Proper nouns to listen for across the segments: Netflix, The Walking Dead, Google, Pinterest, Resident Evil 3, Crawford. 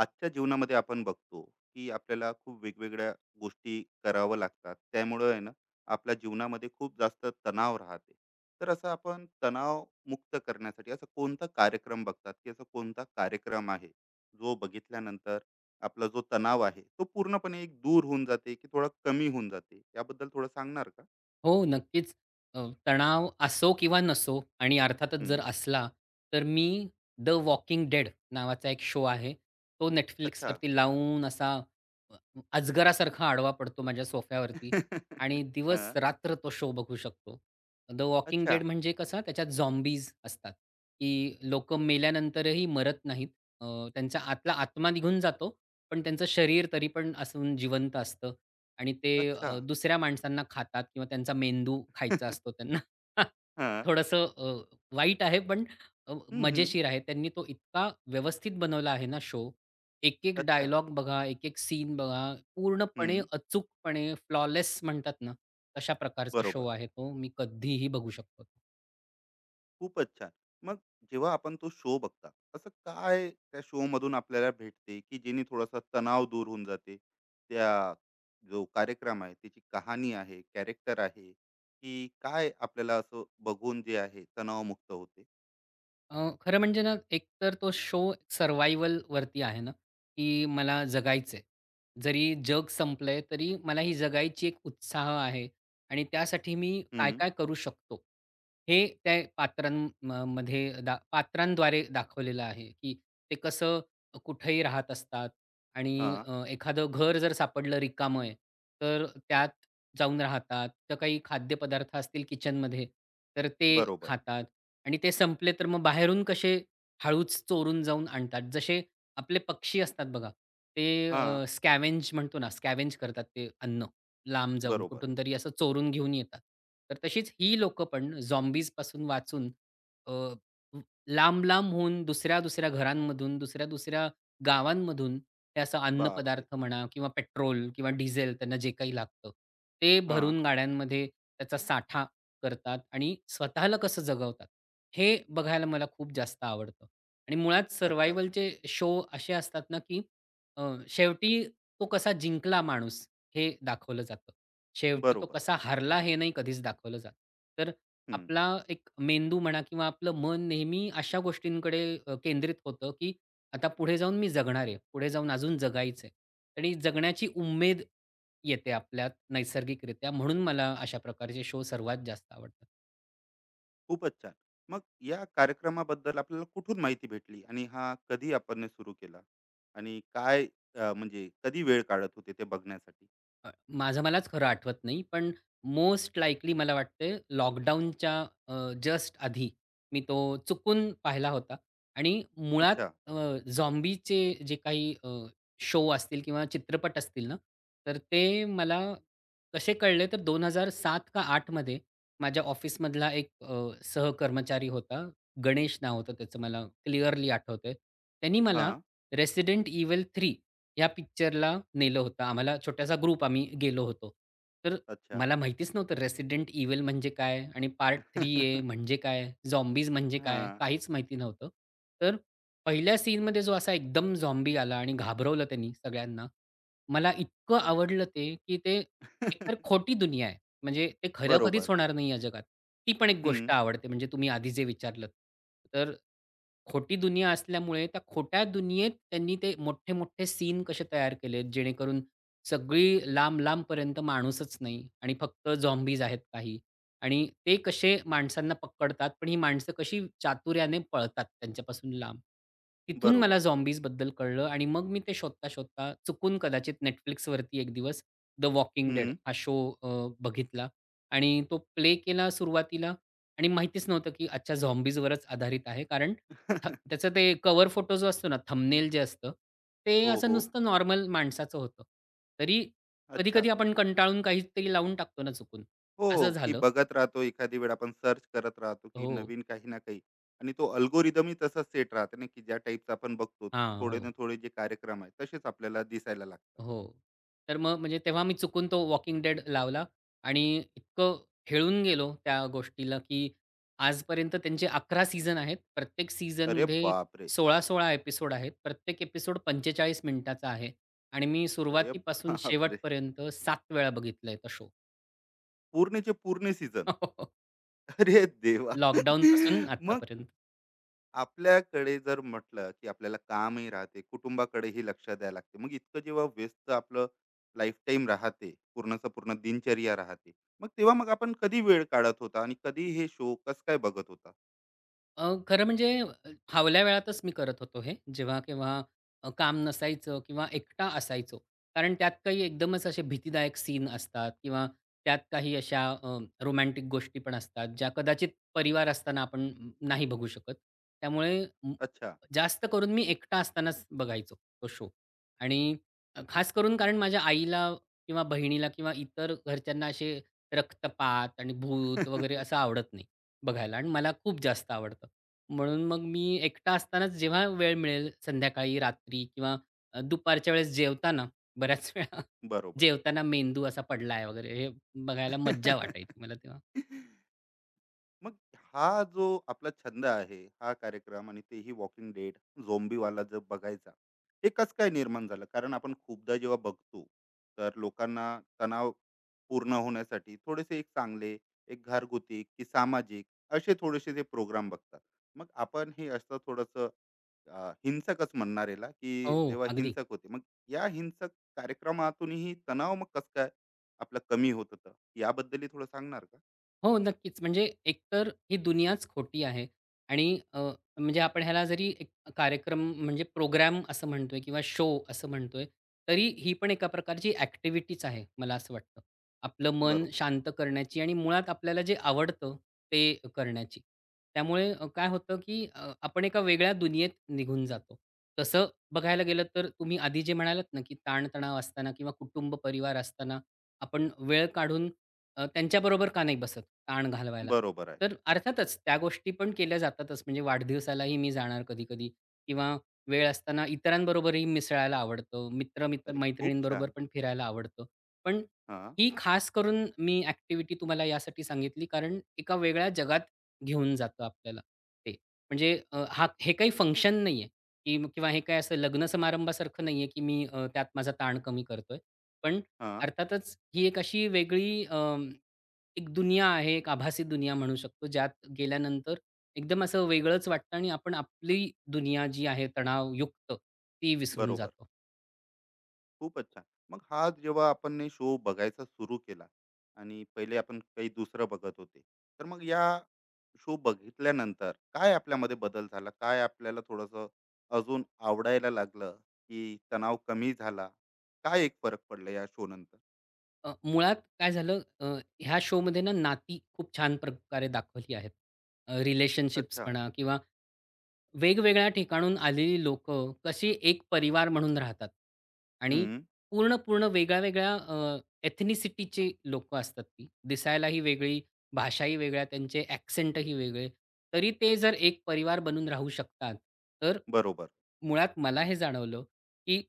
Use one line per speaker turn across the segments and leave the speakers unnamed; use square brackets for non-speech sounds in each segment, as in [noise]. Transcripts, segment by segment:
आजच्या जीवनामध्ये आपण बघतो की आपल्याला खूप वेगवेगळ्या गोष्टी कराव्या लागतात. त्यामुळं आहे ना आपल्या जीवनामध्ये खूप जास्त तणाव राहते. तर असं आपण तणाव मुक्त करण्यासाठी असं कोणता कार्यक्रम बघतात, की असं कोणता कार्यक्रम आहे जो बघितल्यानंतर आपला जो तणाव आहे तो पूर्णपणे एक दूर होऊन जाते की थोडा कमी होऊन जाते, याबद्दल थोडं सांगणार का?
हो, नक्कीच. अ, तणाव असो किंवा नसो आणि अर्थातच
हम्म.
जर असला, तर मी "द वॉकिंग डेड" नावाचा एक शो आहे. तो
अच्छा.
Netflixवरती लावून असा अ, अजगरासारखा आडवा पडतो माझ्या सोफ्यावरती
[laughs]
आणि
हा.
दिवस-रात्र तो शो बघू शकतो. "द वॉकिंग
अच्छा.
डेड" म्हणजे कसा त्याच्यात झॉम्बीज असतात, की लोक मेल्यानंतरही मरत नाहीत. अ, त्यांचा आतला आत्मा निघून जातो, पण त्यांचं शरीर तरी पण असून जिवंत असतं आणि ते
अच्छा.
दुसऱ्या माणसांना खातात किंवा त्यांचा मेंदू खायचा
[laughs]
असतो त्यांना. [laughs]
हा.
थोडंसं वाईट आहे, पण
हम्म, हम्म.
मजेशीर आहे. त्यांनी तो इतका व्यवस्थित बनवला आहे ना शो. एक-एक
अच्छा.
डायलॉग बघा, एक-एक सीन बघा, पूर्णपणे,
हम्म.
अचूकपणे फ्लॉलेस म्हणतात ना, तशा प्रकारचा शो
बरोबर.
आहे तो. मी कधीही बघू शकतो.
खूपच छान. मग जेव्हा आपण तो शो बघता, असं काय त्या शोमधून आपल्याला भेटते, की जेणे थोडासा तणाव दूर होऊन जाते? त्या जो कार्यक्रम आहे, त्याची कहाणी आहे, कॅरेक्टर आहे, की काय आपल्याला असं बघून जे आहे तणावमुक्त होते?
खरं म्हणजे ना, एकतर तो शो सर्व्हायव्हलवरती आहे ना, की मला जगायचंय. जरी जग संपलंय, तरी मला ही जगायची एक उत्साह आहे आणि त्यासाठी मी
हं.
काय-काय करू शकतो, हे त्या पात्रां म मध्ये दा पात्रांद्वारे दाखवलेलं आहे, की ते कसं कुठेही राहत असतात आणि
हां.
एखादं घर जर सापडलं रिकामं आहे, तर त्यात जाऊन राहतात. तर काही खाद्यपदार्थ असतील किचनमध्ये, तर ते
बरोबर.
खातात आणि ते संपले तर मग बाहेरून कसे हळूच चोरून जाऊन आणतात. जसे आपले पक्षी असतात बघा, ते
हां.
म्हणतो ना, स्कॅव्हेंज करतात ते अन्न लांब जाऊन
बरोबर.
कुठून तरी असं चोरून घेऊन येतात. तर तशीच ही लोकं पण झॉम्बीजपासून वाचून लांब-लांब होऊन दुसऱ्या-दुसऱ्या घरांमधून, दुसऱ्या-दुसऱ्या गावांमधून ते असं
बापरे!
अन्नपदार्थ म्हणा किंवा पेट्रोल किंवा डिझेल त्यांना जे काही लागतं, ते
हां.
भरून गाड्यांमध्ये त्याचा साठा करतात आणि स्वतःला कसं जगवतात, हे बघायला मला खूप जास्त आवडतं. आणि मुळात
अच्छा.
सर्व्हायव्हलचे शो असे असतात ना, की अ, शेवटी तो कसा जिंकला माणूस हे दाखवलं जातं. शेवटी तो
बरोबर.
कसा हारला हे नाही कधीच दाखवलं जात. तर आपला एक मेंदू म्हणा किंवा आपलं मन नेहमी अशा गोष्टींकडे केंद्रित होतं, की आता पुढे जाऊन मी जगणार आहे. पुढे जाऊन अजून जगायचं आहे. आणि जगण्याची उमेद येते आपल्यात नैसर्गिकरित्या. म्हणून मला अशा प्रकारचे शो सर्वात जास्त आवडतात.
खूपच छान. मग या कार्यक्रमाबद्दल आपल्याला कुठून माहिती भेटली आणि हा कधी आपण सुरू केला? आणि काय म्हणजे कधी वेळ काढत होते ते बघण्यासाठी?
अ, माझं मलाच खरं आठवत नाही. पण मोस्ट लाइकली मला वाटतंय लॉकडाऊनच्या अ, जस्ट आधी मी तो चुकून पाहिला होता आणि मुळात
अच्छा.
अ, झॉम्बीचे जे काही शो असतील किंवा चित्रपट असतील ना, तर ते मला कसे कळले तर 2007 का 8 मध्ये माझ्या ऑफिसमधला एक सहकर्मचारी होता. गणेश नाव होतं त्याचं मला क्लिअरली आठवतंय. त्यांनी मला
हां.
Resident Evil 3 या पिक्चरला नेलं होतं. आम्हाला छोटासा ग्रुप आम्ही गेलो होतो. तर
अच्छा.
मला माहितीच नव्हतं रेसिडेंट इव्हिल म्हणजे काय आणि पार्ट 3 आहे
[laughs]
म्हणजे काय? झॉम्बीज म्हणजे काय?
हां.
काहीच माहिती नव्हतं. तर पहिल्या सीनमध्ये जो असा एकदम झॉम्बी आला आणि घाबरवलं त्यांनी सगळ्यांना. मला इतकं आवडलं ते, की ते एकतर
[laughs]
खोटी दुनिया आहे. म्हणजे ते खरं कधीच
बरोबर.
होणार नाही या जगात. ती पण एक गोष्ट
हं.
आवडते म्हणजे तुम्ही आधी जे विचारलंत. तर खोटी दुनिया असल्यामुळे त्या खोट्या दुनियेत त्यांनी ते मोठे-मोठे सीन कसे तयार केलेत, जेणेकरून सगळी लांब-लांबपर्यंत माणूसच नाही आणि फक्त झॉम्बीज आहेत काही आणि ते कसे माणसांना पकडतात, पण ही माणसं कशी चातुर्याने पळतात त्यांच्यापासून लांब. तिथून मला
बरोबर.
झॉम्बीजबद्दल कळलं आणि मग मी ते शोधता-शोधता चुकून कदाचित Netflixवरती एक दिवस द वॉकिंग डेड
हं.
हा शो अ, बघितला आणि तो प्ले केला सुरुवातीला आणि माहितीच नव्हतं, की अच्छा झॉम्बीजवरच आधारित आहे. कारण
[laughs]
त्याचा ते कव्हर फोटो जो असतो ना, थंबनेल जे असतं, ते
हो,
असं
हो.
नुसतं नॉर्मल माणसाचं होतं. तरी
अच्छा.
कधी-कधी आपण कंटाळून काहीतरी लावून टाकतो ना चुकून.
हो,
असं
की
झालं.
बघत राहतो एखादी वेळ. आपण सर्च करत राहतो, की
हो.
नवीन काही ना काही, आणि तो अल्गोरिदमही तसाच सेट राहते ना, की ज्या टाइपचा आपण बघतो
हां.
थोडे ना
हो.
थोडे जे कार्यक्रम आहेत तसेच आपल्याला दिसायला लागतात.
हो. तर मग म्हणजे तेव्हा मी चुकून तो वॉकिंग डेड लावला आणि इतकं हेळून गेलो त्या गोष्टीला, की आजपर्यंत त्यांचे 11 सीझन आहेत. प्रत्येक
अरे
सीझनमध्ये
बापरे!
16-16 एपिसोड आहेत. प्रत्येक एपिसोड 45 मिनिटाचा आहे आणि मी
अरे
सुरुवातीपासून
बापरे!
शेवटपर्यंत 7 वेळा बघितलाय तो शो.
पूर्णचे पूर्ण सीझन.
[laughs] हो.
अरे देवा!
लॉकडाऊनपासून
मग
आत्तापर्यंत.
आपल्याकडे जर म्हटलं, की आपल्याला कामही राहते, कुटुंबाकडेही लक्ष द्यायला लागते. मग इतकं जेव्हा व्यस्त आपलं लाईफटाईम राहते, पूर्णचं पूर्ण दिनचर्या राहते. मग तेव्हा मग आपण कधी वेळ काढत होता आणि कधी हे शो कसं काय बघत होता?
खरं म्हणजे फावल्या वेळातच मी करत होतो हे. जेव्हा-केव्हा काम नसायचं किंवा एकटा असायचो. कारण त्यात काही एकदमच असे भीतीदायक सीन असतात किंवा त्यात काही अशा रोमॅन्टिक गोष्टी पण असतात, ज्या कदाचित परिवार असताना आपण नाही बघू शकत. त्यामुळे
अच्छा.
जास्त करून मी एकटा असतानाच बघायचो तो शो आणि खास करून कारण माझ्या आईला किंवा बहिणीला किंवा इतर घरच्यांना असे रक्तपात आणि भूत वगैरे असं
[laughs]
आवडत नाही बघायला आणि मला खूप जास्त आवडतं. म्हणून मग मी एकटा असतानाच जेव्हा वेळ मिळेल संध्याकाळी, रात्री किंवा दुपारच्या वेळेस जेवताना बऱ्याच वेळा [laughs]
बरोबर.
जेवताना मेंदू असा पडला वगैरे हे बघायला मज्जा वाटायची मला तेव्हा.
[laughs] मग हा जो आपला छंद आहे हा कार्यक्रम, आणि तेही वॉकिंग डेड झोम्बीवाला जर बघायचा, हे कसं काय निर्माण झालं? कारण आपण खूपदा जेव्हा बघतो तर लोकांना तणाव पूर्ण होण्यासाठी थोडेसे एक चांगले एक घरगुती की सामाजिक असे थोडेसे ते प्रोग्राम बघतात. मग आपण हे असं थोडंसं हिंसकच म्हणणार याला, की
हो,
जेव्हा
अगदी.
हिंसक होते मग या हिंसक कार्यक्रमातूनही तणाव मग कसं काय आपलं कमी होत होतं, याबद्दलही थोडं सांगणार का?
हो, नक्कीच. म्हणजे एकतर ही दुनियाच खोटी आहे आणि म्हणजे आपण ह्याला जरी एक कार्यक्रम म्हणजे प्रोग्राम असं म्हणतोय किंवा शो असं म्हणतोय, तरी ही पण एका प्रकारची ॲक्टिव्हिटीच आहे, मला असं वाटतं. आपलं मन
बरोबर.
शांत करण्याची आणि मुळात आपल्याला जे आवडतं ते करण्याची. त्यामुळे काय होतं, की आपण एका वेगळ्या दुनियेत निघून जातो. तसं बघायला गेलं तर तुम्ही आधी जे म्हणालात ना, की ताण असताना किंवा कुटुंब, परिवार असताना आपण वेळ काढून त्यांच्याबरोबर का नाही बसत? ताण घालवायला.
बरोबर आहे.
तर अर्थातच त्या गोष्टी पण केल्या जातातच. म्हणजे वाढदिवसालाही मी जाणार कधी-कधी किंवा वेळ असताना इतरांबरोबरही मिसळायला आवडतं. मित्र-मित्र
अरे खूप
मैत्रिणींबरोबर
छान.
पण फिरायला आवडतं. पण
हां,
ही खास करून मी ॲक्टिव्हिटी तुम्हाला यासाठी सांगितली कारण एका वेगळ्या जगात घेऊन जातं आपल्याला ते. म्हणजे हे काही फंक्शन नाहीये की किंवा हे काही असं लग्न समारंभासारखं नाहीये की मी त्यात माझा ताण कमी करतोय. पण
हां.
अर्थातच ही एक अशी वेगळी एक दुनिया आहे, एक आभासी दुनिया म्हणू शकतो, ज्यात गेल्यानंतर एकदम असं वेगळंच वाटतं आणि आपण आपली दुनिया जी आहे तणावयुक्त, ती विसरून
बरोबर.
जातो.
खूपच छान. मग हा जेव्हा आपण ने शो बघायचा सुरू केला आणि पहिले आपण काही दुसरं बघत होते. तर मग या शो बघितल्यानंतर काय आपल्यामध्ये बदल झाला? काय आपल्याला थोडंसं अजून आवडायला लागलं, की तणाव कमी झाला? काय एक फरक पडला या शो नंतर?
मुळात काय झालं ह्या शोमध्ये ना नाती खूप छान प्रकारे दाखवली आहेत. रिलेशनशिप्स
अच्छा.
म्हणा किंवा वेगवेगळ्या ठिकाणून आलेली लोक कशी एक परिवार म्हणून राहतात आणि
हं.
पूर्ण, पूर्ण वेगळ्या-वेगळ्या एथनिसिटीची लोकं असतात ती. दिसायलाही वेगळी, भाषाही वेगळ्या, त्यांचे ॲक्सेंटही वेगळे. तरी ते जर एक परिवार बनून राहू शकतात, तर
बरोबर,
मुळात मला हे जाणवलं, की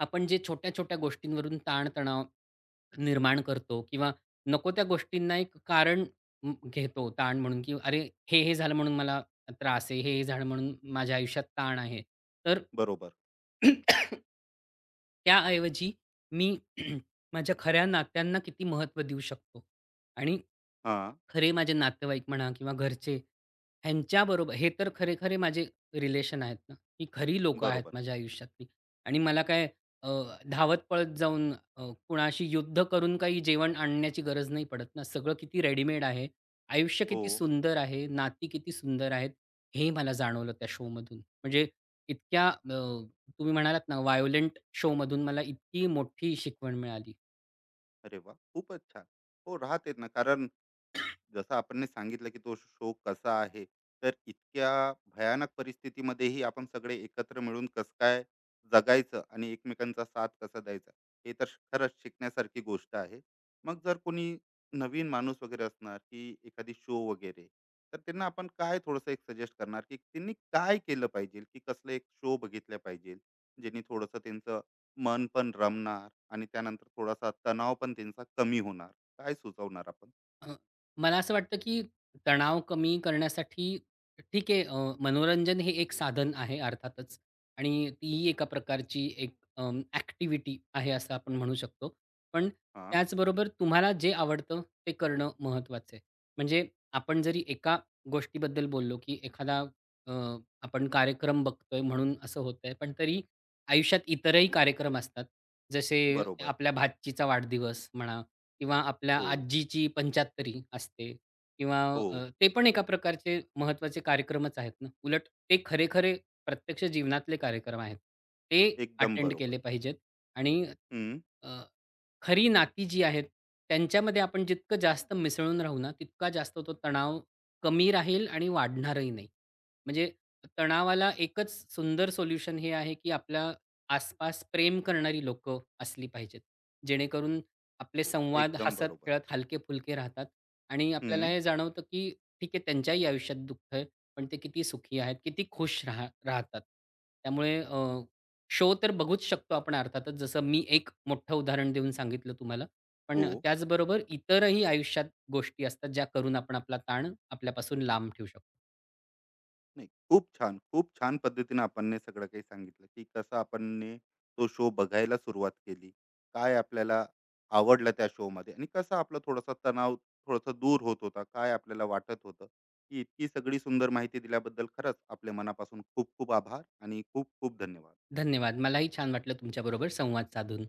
आपण जे छोट्या-छोट्या गोष्टींवरून ताण-तणाव निर्माण करतो किंवा नको त्या गोष्टींना एक कारण घेतो ताण म्हणून की अरे हे हे झालं म्हणून मला त्रास आहे हे हे झालं म्हणून माझ्या आयुष्यात ताण आहे तर
बरोबर.
[clears throat] त्याऐवजी मी [clears throat] माझ्या खऱ्या नात्यांना किती महत्त्व देऊ शकतो आणि
हां.
खरे माझे नातेवाईक म्हणा किंवा घरचे, ह्यांच्याबरोबर हे तर खरे-खरे माझे रिलेशन आहेत ना, ही खरी लोकं आहेत
बरोबर आहे.
माझ्या आयुष्यातली. आणि मला काय अ, धावत पळत जाऊन कुणाशी युद्ध करून काही जेवण आणण्याची गरज नाही पडत ना. सगळं किती रेडीमेड आहे. आयुष्य
हो.
किती सुंदर आहे, नाती किती सुंदर आहेत, हे मला जाणवलं त्या शोमधून. म्हणजे इतक्या तुम्ही म्हणालात ना, व्हायोलेंट शोमधून मला इतकी मोठी शिकवण मिळाली.
अरे वाह! खूपच छान. हो, राहतेच ना. कारण जसं आपण सांगितलं की तो शो कसा आहे, तर इतक्या भयानक परिस्थितीमध्येही आपण सगळे एकत्र मिळून कसं काय जगायचं आणि एकमेकांचा साथ कसा द्यायचा, हे तर खरंच शिकण्यासारखी गोष्ट आहे. मग जर कोणी नवीन माणूस वगैरे असणार की एखादी शो वगैरे, तर त्यांना आपण काय थोडंसं एक सजेस्ट करणार, की त्यांनी काय केलं पाहिजे, की कसलं एक शो बघितल्या पाहिजे, ज्यांनी थोडंसं त्यांचं मन पण रमणार आणि त्यानंतर थोडासा तणाव पण त्यांचा कमी होणार? काय सुचवणार आपण?
अ, मला असं वाटतं, की तणाव कमी करण्यासाठी ठीक आहे, मनोरंजन हे एक साधन आहे अर्थातच आणि तीही एका प्रकारची एक ॲक्टिव्हिटी आहे असं आपण म्हणू शकतो. पण त्याचबरोबर तुम्हाला जे आवडतं ते करणं महत्त्वाचं आहे. म्हणजे आपण जरी एका गोष्टीबद्दल बोललो, की एखादा अ, आपण कार्यक्रम बघतोय म्हणून असं होतंय, पण तरी आयुष्यात इतरही कार्यक्रम असतात. जसे
बरोबर.
आपल्या भाचीचा वाढदिवस म्हणा किंवा आपल्या
हो,
आजीची पंचाहत्तरी असते किंवा
हो.
ते पण एका प्रकारचे महत्त्वाचे कार्यक्रमच आहेत ना. उलट ते खरे-खरे प्रत्यक्ष जीवनातले कार्यक्रम आहेत. ते
एकदम
अटेंड
बरोबर.
केले पाहिजेत आणि
हं,
खरी नाती जी आहेत, त्यांच्यामध्ये आपण जितकं जास्त मिसळून राहू ना, तितका जास्त तो तणाव कमी राहील आणि वाढणारही नाही. म्हणजे तणावाला एकच सुंदर सोल्युशन हे आहे, की आपल्या आसपास प्रेम करणारी लोकं असली पाहिजेत. जेणेकरून आपले संवाद
एकदम बरोबर.
हसत-खेळत, हलके-फुलके राहतात आणि आपल्याला
हं,
हे जाणवतं, की ठीक आहे त्यांच्याही आयुष्यात दुःख आहे, पण ते किती सुखी आहेत, किती खुश राहतात. त्यामुळे शो तर बघूच शकतो आपण अर्थातच, जसं मी एक मोठं उदाहरण देऊन सांगितलं तुम्हाला. पण
हो.
त्याचबरोबर इतरही आयुष्यात गोष्टी असतात, ज्या करून आपण आपला ताण आपल्यापासून लांब ठेवू शकतो.
नाही, खूप छान, खूप छान पद्धतीने आपण हे सगळं काही सांगितलं, की कसं आपण ने तो शो बघायला सुरुवात केली. काय आपल्याला आवडलं त्या शोमध्ये आणि कसं आपला थोडासा तणाव थोडासा दूर होत होता. काय आपल्याला वाटत होतं, की इतकी सगळी सुंदर माहिती दिल्याबद्दल खरंच आपल्या मनापासून खूप खूप आभार आणि खूप खूप धन्यवाद.
धन्यवाद. मलाही छान वाटलं तुमच्याबरोबर संवाद साधून.